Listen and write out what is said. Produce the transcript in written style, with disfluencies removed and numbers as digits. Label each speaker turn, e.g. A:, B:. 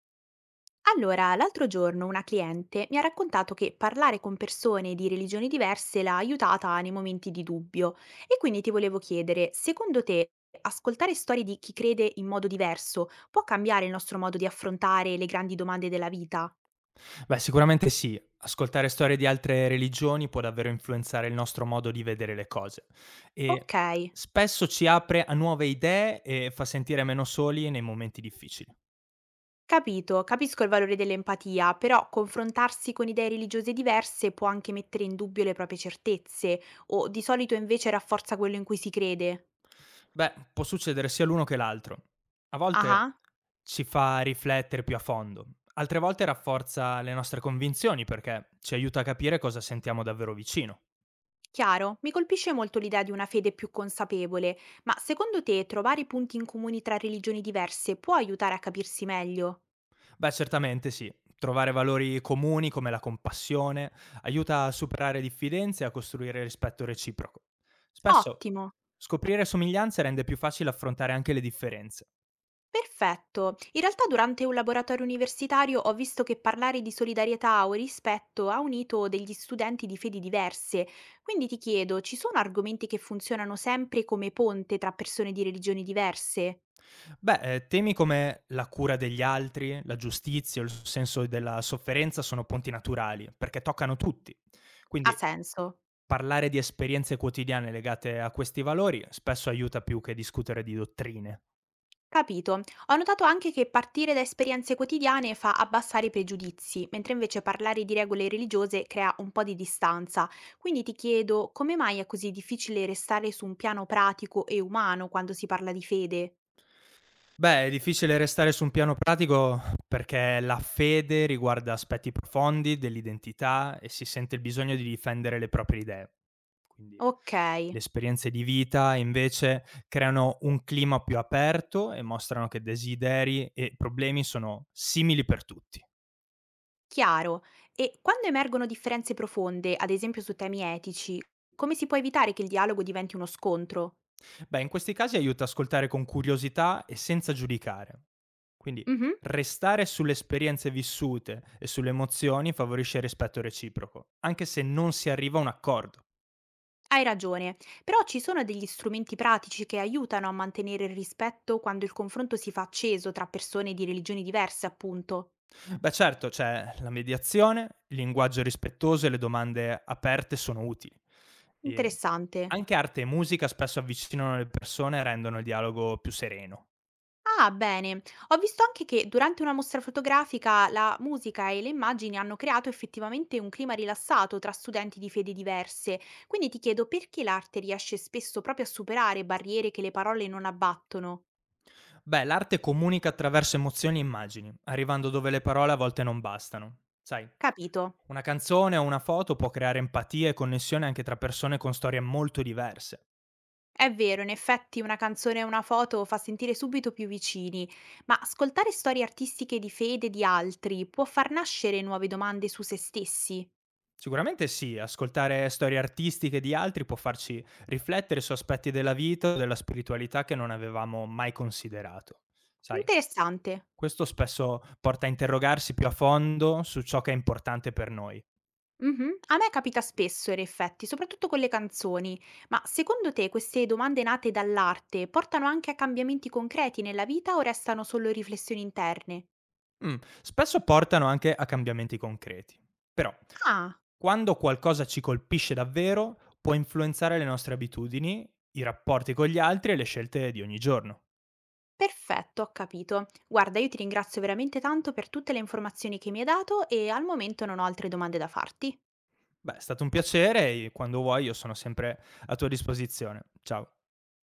A: Allora, l'altro giorno una cliente mi ha raccontato che parlare con persone di religioni diverse l'ha aiutata nei momenti di dubbio e quindi ti volevo chiedere, secondo te ascoltare storie di chi crede in modo diverso può cambiare il nostro modo di affrontare le grandi domande della vita?
B: Beh, sicuramente sì. Ascoltare storie di altre religioni può davvero influenzare il nostro modo di vedere le cose
A: Ok,
B: e spesso ci apre a nuove idee e fa sentire meno soli nei momenti difficili.
A: capito, capisco il valore dell'empatia, però confrontarsi con idee religiose diverse può anche mettere in dubbio le proprie certezze o di solito invece rafforza quello in cui si crede.
B: Beh, può succedere sia l'uno che l'altro. A volte
A: Ah.
B: ci fa riflettere più a fondo, altre volte rafforza le nostre convinzioni perché ci aiuta a capire cosa sentiamo davvero vicino.
A: Chiaro, mi colpisce molto l'idea di una fede più consapevole, ma secondo te trovare punti in comune tra religioni diverse può aiutare a capirsi meglio?
B: Beh, certamente sì. Trovare valori comuni come la compassione aiuta a superare diffidenze e a costruire rispetto reciproco. Spesso
A: Ottimo,
B: scoprire somiglianze rende più facile affrontare anche le differenze.
A: perfetto. In realtà durante un laboratorio universitario ho visto che parlare di solidarietà o rispetto ha unito degli studenti di fedi diverse, quindi ti chiedo, ci sono argomenti che funzionano sempre come ponte tra persone di religioni diverse?
B: Beh, temi come la cura degli altri, la giustizia, il senso della sofferenza sono ponti naturali perché toccano tutti.
A: Ha
B: Quindi
A: senso?
B: parlare di esperienze quotidiane legate a questi valori spesso aiuta più che discutere di dottrine.
A: Capito. Ho notato anche che partire da esperienze quotidiane fa abbassare i pregiudizi, mentre invece parlare di regole religiose crea un po' di distanza. Quindi ti chiedo, come mai è così difficile restare su un piano pratico e umano quando si parla di fede?
B: Beh, è difficile restare su un piano pratico perché la fede riguarda aspetti profondi dell'identità e si sente il bisogno di difendere le proprie idee. Quindi
A: Ok,
B: le esperienze di vita invece creano un clima più aperto e mostrano che desideri e problemi sono simili per tutti.
A: chiaro. E quando emergono differenze profonde, ad esempio su temi etici, come si può evitare che il dialogo diventi uno scontro?
B: Beh, in questi casi aiuta ascoltare con curiosità e senza giudicare. Quindi
A: Mhm.
B: restare sulle esperienze vissute e sulle emozioni favorisce il rispetto reciproco, anche se non si arriva a un accordo.
A: Hai ragione, però ci sono degli strumenti pratici che aiutano a mantenere il rispetto quando il confronto si fa acceso tra persone di religioni diverse, appunto.
B: Beh certo, c'è la mediazione, il linguaggio rispettoso e le domande aperte sono utili. E
A: Interessante.
B: anche arte e musica spesso avvicinano le persone e rendono il dialogo più sereno.
A: Ah, bene. Ho visto anche che durante una mostra fotografica la musica e le immagini hanno creato effettivamente un clima rilassato tra studenti di fedi diverse. Quindi ti chiedo perché l'arte riesce spesso proprio a superare barriere che le parole non abbattono.
B: Beh, l'arte comunica attraverso emozioni e immagini, arrivando dove le parole a volte non bastano. Sai,
A: Capito.
B: una canzone o una foto può creare empatia e connessione anche tra persone con storie molto diverse.
A: È vero, in effetti una canzone o una foto fa sentire subito più vicini, ma ascoltare storie artistiche di fede di altri può far nascere nuove domande su se stessi.
B: Sicuramente sì, ascoltare storie artistiche di altri può farci riflettere su aspetti della vita o della spiritualità che non avevamo mai considerato. Sai,
A: Interessante.
B: questo spesso porta a interrogarsi più a fondo su ciò che è importante per noi.
A: Mhm. A me capita spesso, in effetti, soprattutto con le canzoni, ma secondo te queste domande nate dall'arte portano anche a cambiamenti concreti nella vita o restano solo riflessioni interne?
B: Mh, spesso portano anche a cambiamenti concreti. Però,
A: Ah,
B: quando qualcosa ci colpisce davvero, può influenzare le nostre abitudini, i rapporti con gli altri e le scelte di ogni giorno.
A: perfetto, ho capito. Guarda, io ti ringrazio veramente tanto per tutte le informazioni che mi hai dato e al momento non ho altre domande da farti.
B: Beh, è stato un piacere e quando vuoi io sono sempre a tua disposizione. Ciao.